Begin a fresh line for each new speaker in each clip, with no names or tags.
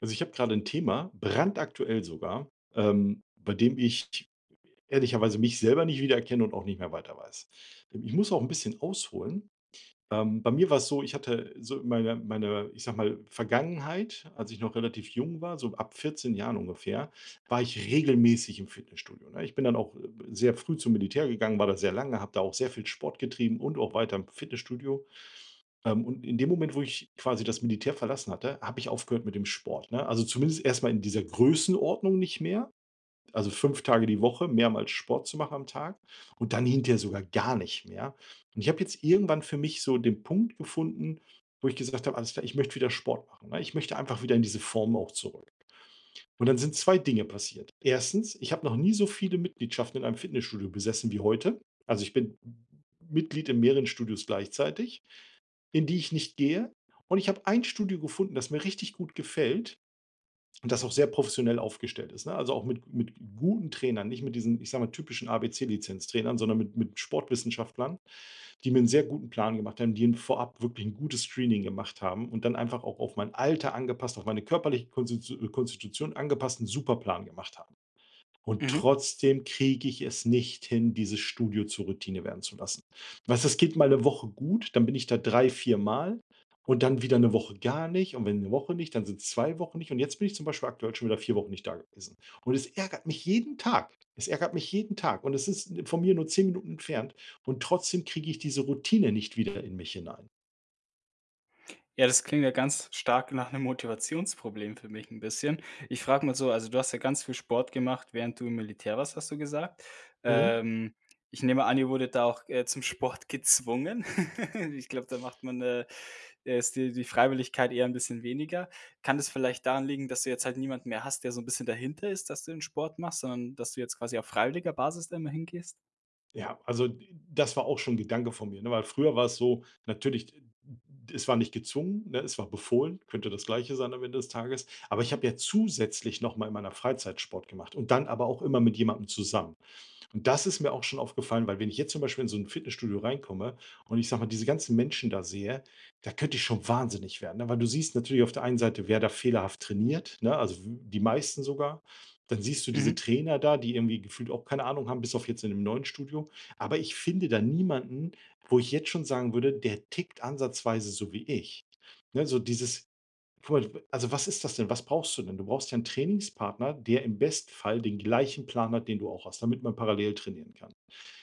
Also, ich habe gerade ein Thema, brandaktuell sogar, bei dem ich ehrlicherweise mich selber nicht wiedererkenne und auch nicht mehr weiter weiß. Ich muss auch ein bisschen ausholen. Bei mir war es so, ich hatte so meine, ich sag mal, Vergangenheit, als ich noch relativ jung war, so ab 14 Jahren ungefähr, war ich regelmäßig im Fitnessstudio, ne? Ich bin dann auch, sehr früh zum Militär gegangen, war da sehr lange, habe da auch sehr viel Sport getrieben und auch weiter im Fitnessstudio. Und in dem Moment, wo ich quasi das Militär verlassen hatte, habe ich aufgehört mit dem Sport, ne? Also, zumindest erstmal in dieser Größenordnung nicht mehr. Also, 5 Tage die Woche mehrmals Sport zu machen am Tag und dann hinterher sogar gar nicht mehr. Und ich habe jetzt irgendwann für mich so den Punkt gefunden, wo ich gesagt habe: „Alles klar, ich möchte wieder Sport machen“, ne? Ich möchte einfach wieder in diese Form auch zurück. Und dann sind 2 Dinge passiert. Erstens: Ich habe noch nie so viele Mitgliedschaften in einem Fitnessstudio besessen wie heute. Also, ich bin Mitglied in mehreren Studios gleichzeitig, in die ich nicht gehe. Und ich habe ein Studio gefunden, das mir richtig gut gefällt und das auch sehr professionell aufgestellt ist, ne? Also, auch mit guten Trainern, nicht mit diesen, ich sage mal, typischen ABC-Lizenztrainern, sondern mit Sportwissenschaftlern, die mir einen sehr guten Plan gemacht haben, die vorab wirklich ein gutes Screening gemacht haben und dann einfach auch auf mein Alter angepasst, auf meine körperliche Konstitution angepassten Superplan gemacht haben. Und
Mhm.
trotzdem kriege ich es nicht hin, dieses Studio zur Routine werden zu lassen. Weißt du, es geht mal eine Woche gut, dann bin ich da 3 4 Mal und dann wieder eine Woche gar nicht und wenn eine Woche nicht, dann sind's 2 Wochen nicht und jetzt bin ich zum Beispiel aktuell schon wieder 4 Wochen nicht da gewesen. Und es ärgert mich jeden Tag. Es ärgert mich jeden Tag und es ist von mir nur 10 Minuten entfernt und trotzdem kriege ich diese Routine nicht wieder in mich hinein.
Ja, das klingt ja ganz stark nach einem Motivationsproblem für mich ein bisschen. Ich frage mal so, also, du hast ja ganz viel Sport gemacht, während du im Militär warst, hast du gesagt.
Mhm.
Ähm, Ich nehme an, ihr wurdet da auch, zum Sport gezwungen. Ich glaube, da macht man, ist die Freiwilligkeit eher ein bisschen weniger. Kann das vielleicht daran liegen, dass du jetzt halt niemanden mehr hast, der so ein bisschen dahinter ist, dass du den Sport machst, sondern dass du jetzt quasi auf freiwilliger Basis da immer hingehst?
Ja, also, das war auch schon 'n Gedanke von mir, ne, weil früher war es so, natürlich, es war nicht gezwungen, ne, es war befohlen, könnte das Gleiche sein am Ende des Tages. Aber ich habe ja zusätzlich noch mal in meiner Freizeit Sport gemacht und dann aber auch immer mit jemandem zusammen. Und das ist mir auch schon aufgefallen, weil wenn ich jetzt zum Beispiel in so ein Fitnessstudio reinkomme und ich sage mal, diese ganzen Menschen da sehe, da könnte ich schon wahnsinnig werden, ne? Weil du siehst natürlich auf der einen Seite, wer da fehlerhaft trainiert, ne? Also, w die meisten sogar. Dann siehst du diese
Mhm.
Trainer da, die irgendwie gefühlt auch keine Ahnung haben, bis auf jetzt in dem neuen Studio. Aber ich finde da niemanden, wo ich jetzt schon sagen würde, der tickt ansatzweise so wie ich. Ne, so dieses Voll, also, was ist das denn? Was brauchst du denn? Du brauchst ja einen Trainingspartner, der im Bestfall den gleichen Plan hat, den du auch hast, damit man parallel trainieren kann,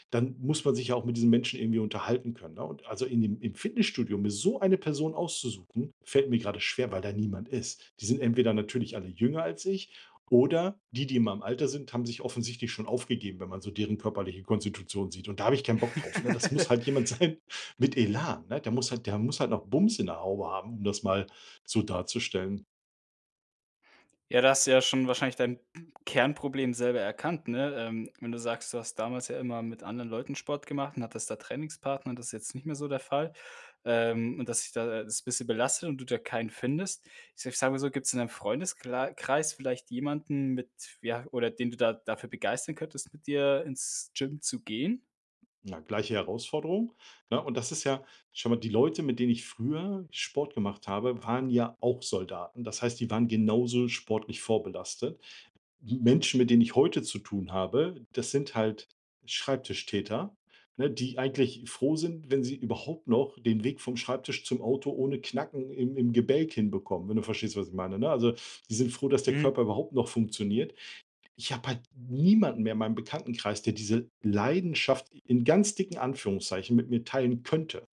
dann muss man sich ja auch mit diesen Menschen irgendwie unterhalten können. Ne? Und also im Fitnessstudio mir so eine Person auszusuchen, fällt mir gerade schwer, weil da niemand ist. Die sind entweder natürlich alle jünger als ich oder die, die in meinem Alter sind, haben sich offensichtlich schon aufgegeben, wenn man so deren körperliche Konstitution sieht. Und da habe ich keinen Bock drauf. Ne? Das muss halt jemand sein mit Elan. Ne? Muss halt, der muss halt noch Bums in der Haube haben, um das mal so darzustellen.
Ja, da hast du ja schon wahrscheinlich dein Kernproblem selber erkannt, ne? Wenn du sagst, du hast damals ja immer mit anderen Leuten Sport gemacht und hattest da Trainingspartner, das ist jetzt nicht mehr so der Fall. Und dass sich da das ein bisschen belastet und du da keinen findest. Ich s sage mal so, gibt es in deinem Freundeskreis vielleicht jemanden mit ja, oder den du da dafür begeistern könntest, mit dir ins Gym zu gehen?
Ja, gleiche Herausforderung, ne? Und das ist ja, schau mal, die Leute, mit denen ich früher Sport gemacht habe, waren ja auch Soldaten. Das heißt, die waren genauso sportlich vorbelastet. Die Menschen, mit denen ich heute zu tun habe, das sind halt Schreibtischtäter, ne, die eigentlich froh sind, wenn sie überhaupt noch den Weg vom Schreibtisch zum Auto ohne Knacken im Gebälk hinbekommen, wenn du verstehst, was ich meine, ne? Also, die sind froh, dass der
Mhm.
Körper überhaupt noch funktioniert. Ich habe halt niemanden mehr in meinem Bekanntenkreis, der diese Leidenschaft in ganz dicken Anführungszeichen mit mir teilen könnte.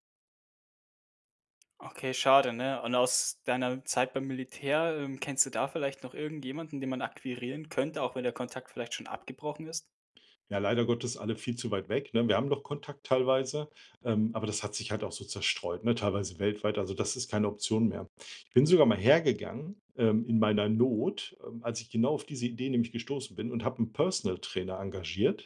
Okay, schade, ne? Und aus deiner Zeit beim Militär, kennst du da vielleicht noch irgendjemanden, den man akquirieren könnte, auch wenn der Kontakt vielleicht schon abgebrochen ist?
Ja, leider Gottes alle viel zu weit weg, ne? Wir haben noch Kontakt teilweise, aber das hat sich halt auch so zerstreut, ne? Teilweise weltweit. Also, das ist keine Option mehr. Ich bin sogar mal hergegangen, in meiner Not, als ich genau auf diese Idee nämlich gestoßen bin und habe einen Personal Trainer engagiert.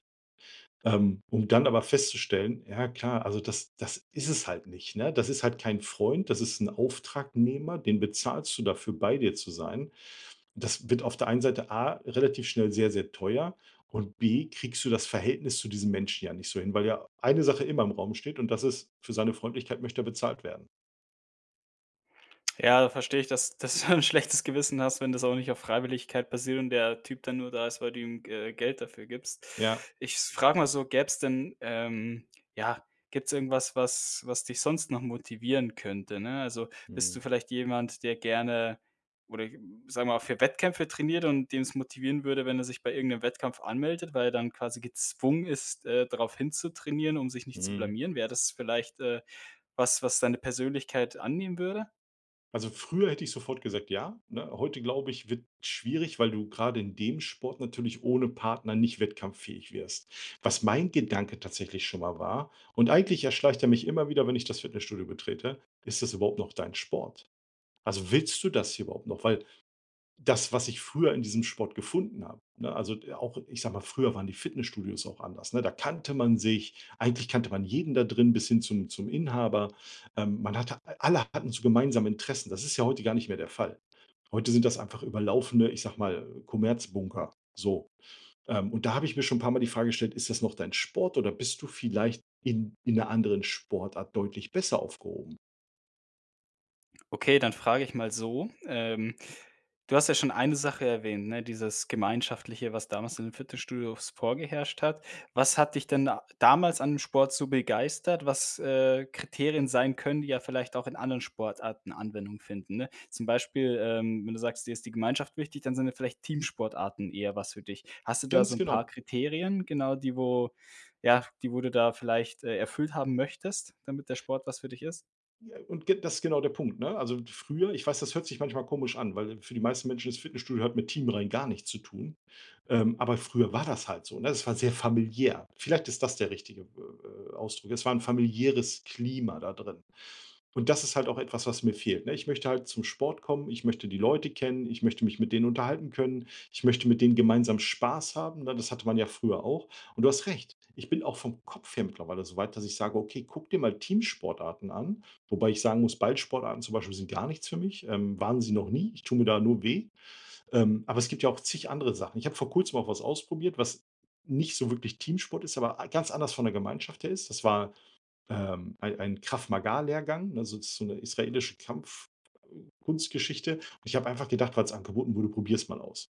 Um dann aber festzustellen, ja klar, also das ist es halt nicht, ne? Das ist halt kein Freund, das ist ein Auftragnehmer, den bezahlst du dafür, bei dir zu sein. Das wird auf der einen Seite A relativ schnell sehr, sehr teuer und B kriegst du das Verhältnis zu diesem Menschen ja nicht so hin, weil ja eine Sache immer im Raum steht und das ist, für seine Freundlichkeit möchte er bezahlt werden.
Ja, da verstehe ich, dass dass du ein schlechtes Gewissen hast, wenn das auch nicht auf Freiwilligkeit basiert und der Typ dann nur da ist, weil du ihm, Geld dafür gibst.
Ja.
Ich frage mal so, gäb's denn, ja, gibt's irgendwas, was dich sonst noch motivieren könnte, ne? Also, bist
Mhm.
du vielleicht jemand, der gerne oder sagen wir mal, für Wettkämpfe trainiert und dem es motivieren würde, wenn er sich bei irgendeinem Wettkampf anmeldet, weil er dann quasi gezwungen ist, darauf hinzutrainieren, um sich nicht zu
Mhm.
blamieren? Wäre das vielleicht, was, was deine Persönlichkeit annehmen würde?
Also, früher hätte ich sofort gesagt, ja, ne? Heute, glaube ich, wird schwierig, weil du gerade in dem Sport natürlich ohne Partner nicht wettkampffähig wirst. Was mein Gedanke tatsächlich schon mal war und eigentlich erschleicht er mich immer wieder, wenn ich das Fitnessstudio betrete: „Ist das überhaupt noch dein Sport? Also, willst du das hier überhaupt noch?“ Weil das, was ich früher in diesem Sport gefunden habe, ne? Also, auch ich sage mal, früher waren die Fitnessstudios auch anders, ne? Da kannte man sich. Eigentlich kannte man jeden da drin bis hin zum Inhaber. Man hatte alle hatten so gemeinsame Interessen. Das ist ja heute gar nicht mehr der Fall. Heute sind das einfach überlaufende, ich sage mal, Kommerzbunker, so. Und da habe ich mir schon ein paar mal die Frage gestellt: „Ist das noch dein Sport oder bist du vielleicht in einer anderen Sportart deutlich besser aufgehoben?“
Okay, dann frage ich mal so, du hast ja schon eine Sache erwähnt, ne, dieses Gemeinschaftliche, was damals in den Fitnessstudios vorgeherrscht hat. Was hat dich denn da damals an dem Sport so begeistert, was, Kriterien sein können, die ja vielleicht auch in anderen Sportarten Anwendung finden, ne? Zum Beispiel, wenn du sagst, dir ist die Gemeinschaft wichtig, dann sind ja vielleicht Teamsportarten eher was für dich. Hast du da so
Ganz
ein paar
genau.
Kriterien, genau, die wo ja, die wo du da vielleicht, erfüllt haben möchtest, damit der Sport was für dich ist?
Ja, und ge das ist genau der Punkt, ne? Also, früher, ich weiß, das hört sich manchmal komisch an, weil für die meisten Menschen das Fitnessstudio hat mit Team rein gar nichts zu tun. Aber früher war das halt so, ne? Das war sehr familiär. Vielleicht ist das der richtige, Ausdruck. Es war ein familiäres Klima da drin. Und das ist halt auch etwas, was mir fehlt, ne? Ich möchte halt zum Sport kommen, ich möchte die Leute kennen, ich möchte mich mit denen unterhalten können, ich möchte mit denen gemeinsam Spaß haben, ne? Das hatte man ja früher auch. Und du hast recht, ich bin auch vom Kopf her mittlerweile so weit, dass ich sage: „Okay, guck dir mal Teamsportarten an.“ Wobei ich sagen muss, Ballsportarten zum Beispiel sind gar nichts für mich, waren sie noch nie. Ich tue mir da nur weh. Aber es gibt ja auch zig andere Sachen. Ich habe vor Kurzem auch was ausprobiert, was nicht so wirklich Teamsport ist, aber ganz anders von der Gemeinschaft her ist. Das war ei einen Krav Maga-Lehrgang, ne? Also, das ist so eine israelische Kampfkunstgeschichte. Und ich habe einfach gedacht, weil es angeboten wurde: „Probier's mal aus.“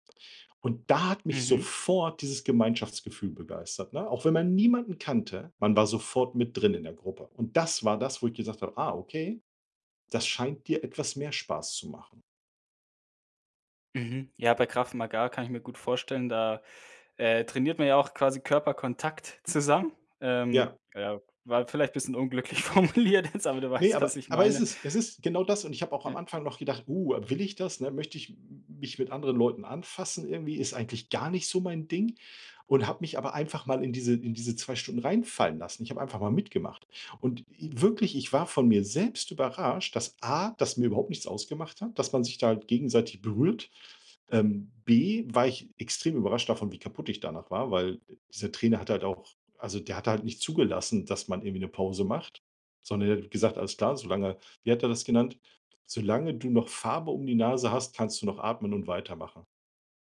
Und da hat mich
Mhm.
sofort dieses Gemeinschaftsgefühl begeistert, ne? Auch wenn man niemanden kannte, man war sofort mit drin in der Gruppe. Und das war das, wo ich gesagt habe: „Ah, okay, das scheint dir etwas mehr Spaß zu machen.“
Mhm. Ja, bei Krav Maga kann ich mir gut vorstellen, da, trainiert man ja auch quasi Körperkontakt zusammen.
Ja.
Ja, war vielleicht ein bisschen unglücklich formuliert jetzt, aber du
Ne,
weißt, was ich
aber es
meine.
ist, genau das und ich habe auch am
Ja.
Anfang noch gedacht: will ich das, ne? Möchte ich m mich mit anderen Leuten anfassen irgendwie? Ist eigentlich gar nicht so mein Ding.“ Und habe mich aber einfach mal in diese 2 Stunden reinfallen lassen. Ich habe einfach mal mitgemacht. Und i wirklich, ich war von mir selbst überrascht, dass A, das mir überhaupt nichts ausgemacht hat, dass man sich da halt gegenseitig berührt, B, war ich extrem überrascht davon, wie kaputt ich danach war, weil dieser Trainer hat halt auch, also der hat halt nicht zugelassen, dass man irgendwie eine Pause macht, sondern er hat gesagt: „Alles klar, solange“, wie hat er das genannt? „Solange du noch Farbe um die Nase hast, kannst du noch atmen und weitermachen.“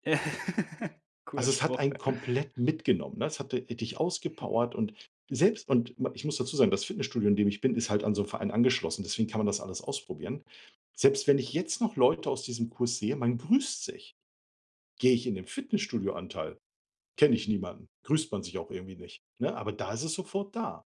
Cooler
Also, es hat
Spruch.
einen komplett mitgenommen, ne? Es hat di dich ausgepowert und selbst, und ma ich muss dazu sagen, das Fitnessstudio, in dem ich bin, ist halt an so 'n Verein angeschlossen, deswegen kann man das alles ausprobieren. Selbst wenn ich jetzt noch Leute aus diesem Kurs sehe, man grüßt sich. Gehe ich in den Fitnessstudioanteil, kenne ich niemanden, grüßt man sich auch irgendwie nicht, ne? Aber da ist es sofort da.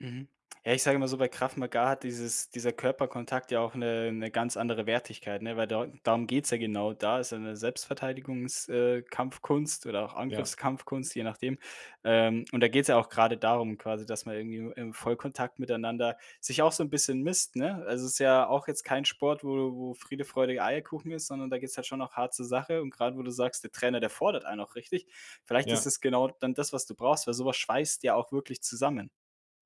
Mhm. Ja, ich sage immer so, bei Krav Maga hat dieses dieser Körperkontakt ja auch eine ganz andere Wertigkeit, ne? Weil da darum geht's ja genau. Da ist ja 'ne Selbstverteidigungs Kampfkunst oder auch
Ja,
Angriffskampfkunst, je nachdem. Und da geht's ja auch gerade darum quasi, dass man irgendwie im Vollkontakt miteinander sich auch so ein bisschen misst, ne? Also, es ist ja auch jetzt kein Sport, wo Friede, Freude, Eierkuchen ist, sondern da geht's halt schon auch hart zur Sache. Und gerade, wo du sagst, der Trainer, der fordert einen auch richtig. Vielleicht ist
ja,
es genau dann das, was du brauchst, weil sowas schweißt ja auch wirklich zusammen.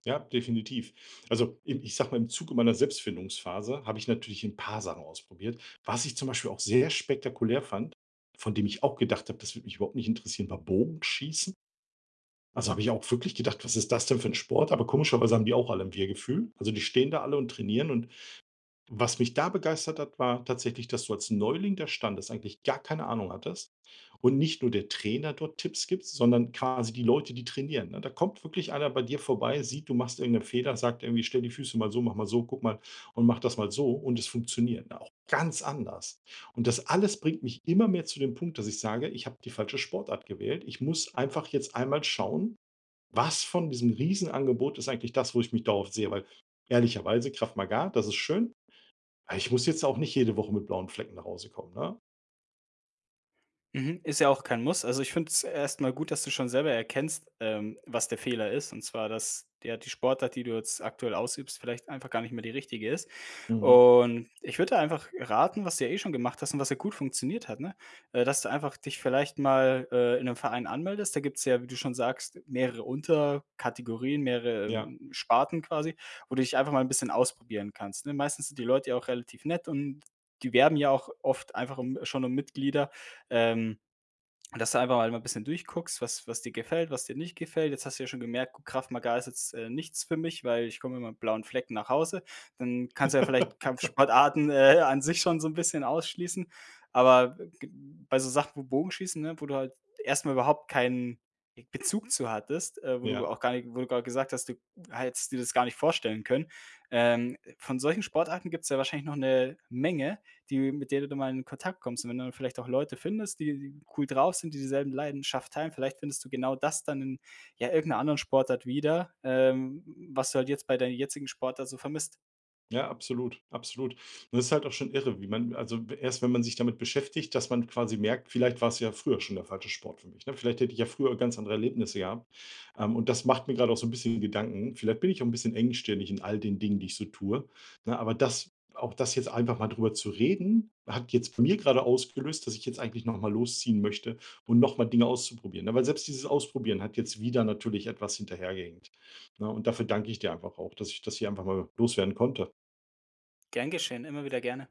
ja, definitiv. Also, im ich sage mal, im Zuge meiner Selbstfindungsphase habe ich natürlich ein paar Sachen ausprobiert. Was ich zum Beispiel auch sehr spektakulär fand, von dem ich auch gedacht habe, das würde mich überhaupt nicht interessieren, war Bogenschießen. Also, habe ich auch wirklich gedacht: „Was ist das denn für ein Sport?“ Aber komischerweise haben die auch alle ein Wir-Gefühl. Also, die stehen da alle und trainieren und, was mich da begeistert hat, war tatsächlich, dass du als Neuling des Standes eigentlich gar keine Ahnung hattest und nicht nur der Trainer dort Tipps gibt, sondern quasi die Leute, die trainieren. Ne? Da kommt wirklich einer bei dir vorbei, sieht, du machst irgendeinen Fehler, sagt irgendwie, stell die Füße mal so, mach mal so, guck mal und mach das mal so und es funktioniert. Ne? Auch ganz anders. Und das alles bringt mich immer mehr zu dem Punkt, dass ich sage, ich habe die falsche Sportart gewählt. Ich muss einfach jetzt einmal schauen, was von diesem Riesenangebot ist eigentlich das, wo ich mich darauf sehe, weil ehrlicherweise Krav Maga, das ist schön, Ah, ich muss jetzt auch nicht jede Woche mit blauen Flecken nach Hause kommen, ne?
Mhm, ist ja auch kein Muss. Also, ich finde es erstmal gut, dass du schon selber erkennst, was der Fehler ist, und zwar, dass ja die Sportart, die du jetzt aktuell ausübst, vielleicht einfach gar nicht mehr die richtige ist.
Mhm.
Und ich würde einfach raten, was du ja eh schon gemacht hast und was ja gut funktioniert hat, ne? Dass du einfach dich vielleicht mal, in einem Verein anmeldest. Da gibt es ja, wie du schon sagst, mehrere Unterkategorien, mehrere,
Ja.
Sparten quasi, wo du dich einfach mal ein bisschen ausprobieren kannst, ne? Meistens sind die Leute ja auch relativ nett und die werben ja auch oft einfach um schon um Mitglieder, ähm dass du einfach mal ein bisschen durchguckst, was was dir gefällt, was dir nicht gefällt. Jetzt hast du ja schon gemerkt: „Gut, Krav Maga ist jetzt, nichts für mich, weil ich komme immer mit blauen Flecken nach Hause.“ Dann kannst du ja vielleicht Kampfsportarten, an sich schon so ein bisschen ausschließen. Aber g bei so Sachen wie Bogenschießen, ne, wo du halt erst mal überhaupt keinen Bezug zu hattest, wo du
Ja.
auch gar nicht wo du gerade gesagt hast, du hättest dir das gar nicht vorstellen können. Von solchen Sportarten gibt es ja wahrscheinlich noch eine Menge, die mit denen du mal in Kontakt kommst. Und wenn du dann vielleicht auch Leute findest, die cool drauf sind, die dieselben Leidenschaft teilen, vielleicht findest du genau das dann in, ja, irgend anderen Sportart wieder, was du halt jetzt bei deiner jetzigen Sportart so vermisst.
Ja, absolut, absolut. Und das ist halt auch schon irre, wie man, also erst wenn man sich damit beschäftigt, dass man quasi merkt, vielleicht war es ja früher schon der falsche Sport für mich, ne? Vielleicht hätte ich ja früher ganz andere Erlebnisse gehabt. Und das macht mir gerade auch so ein bisschen Gedanken. Vielleicht bin ich auch ein bisschen engstirnig in all den Dingen, die ich so tue, ne? Aber das, auch das jetzt einfach mal drüber zu reden, hat jetzt bei mir gerade ausgelöst, dass ich jetzt eigentlich noch mal losziehen möchte und noch mal Dinge auszuprobieren, ne? Weil selbst dieses Ausprobieren hat jetzt wieder natürlich etwas hinterhergehängt, ne? Und dafür danke ich dir einfach auch, dass ich das hier einfach mal loswerden konnte.
Gern geschehen, immer wieder gerne.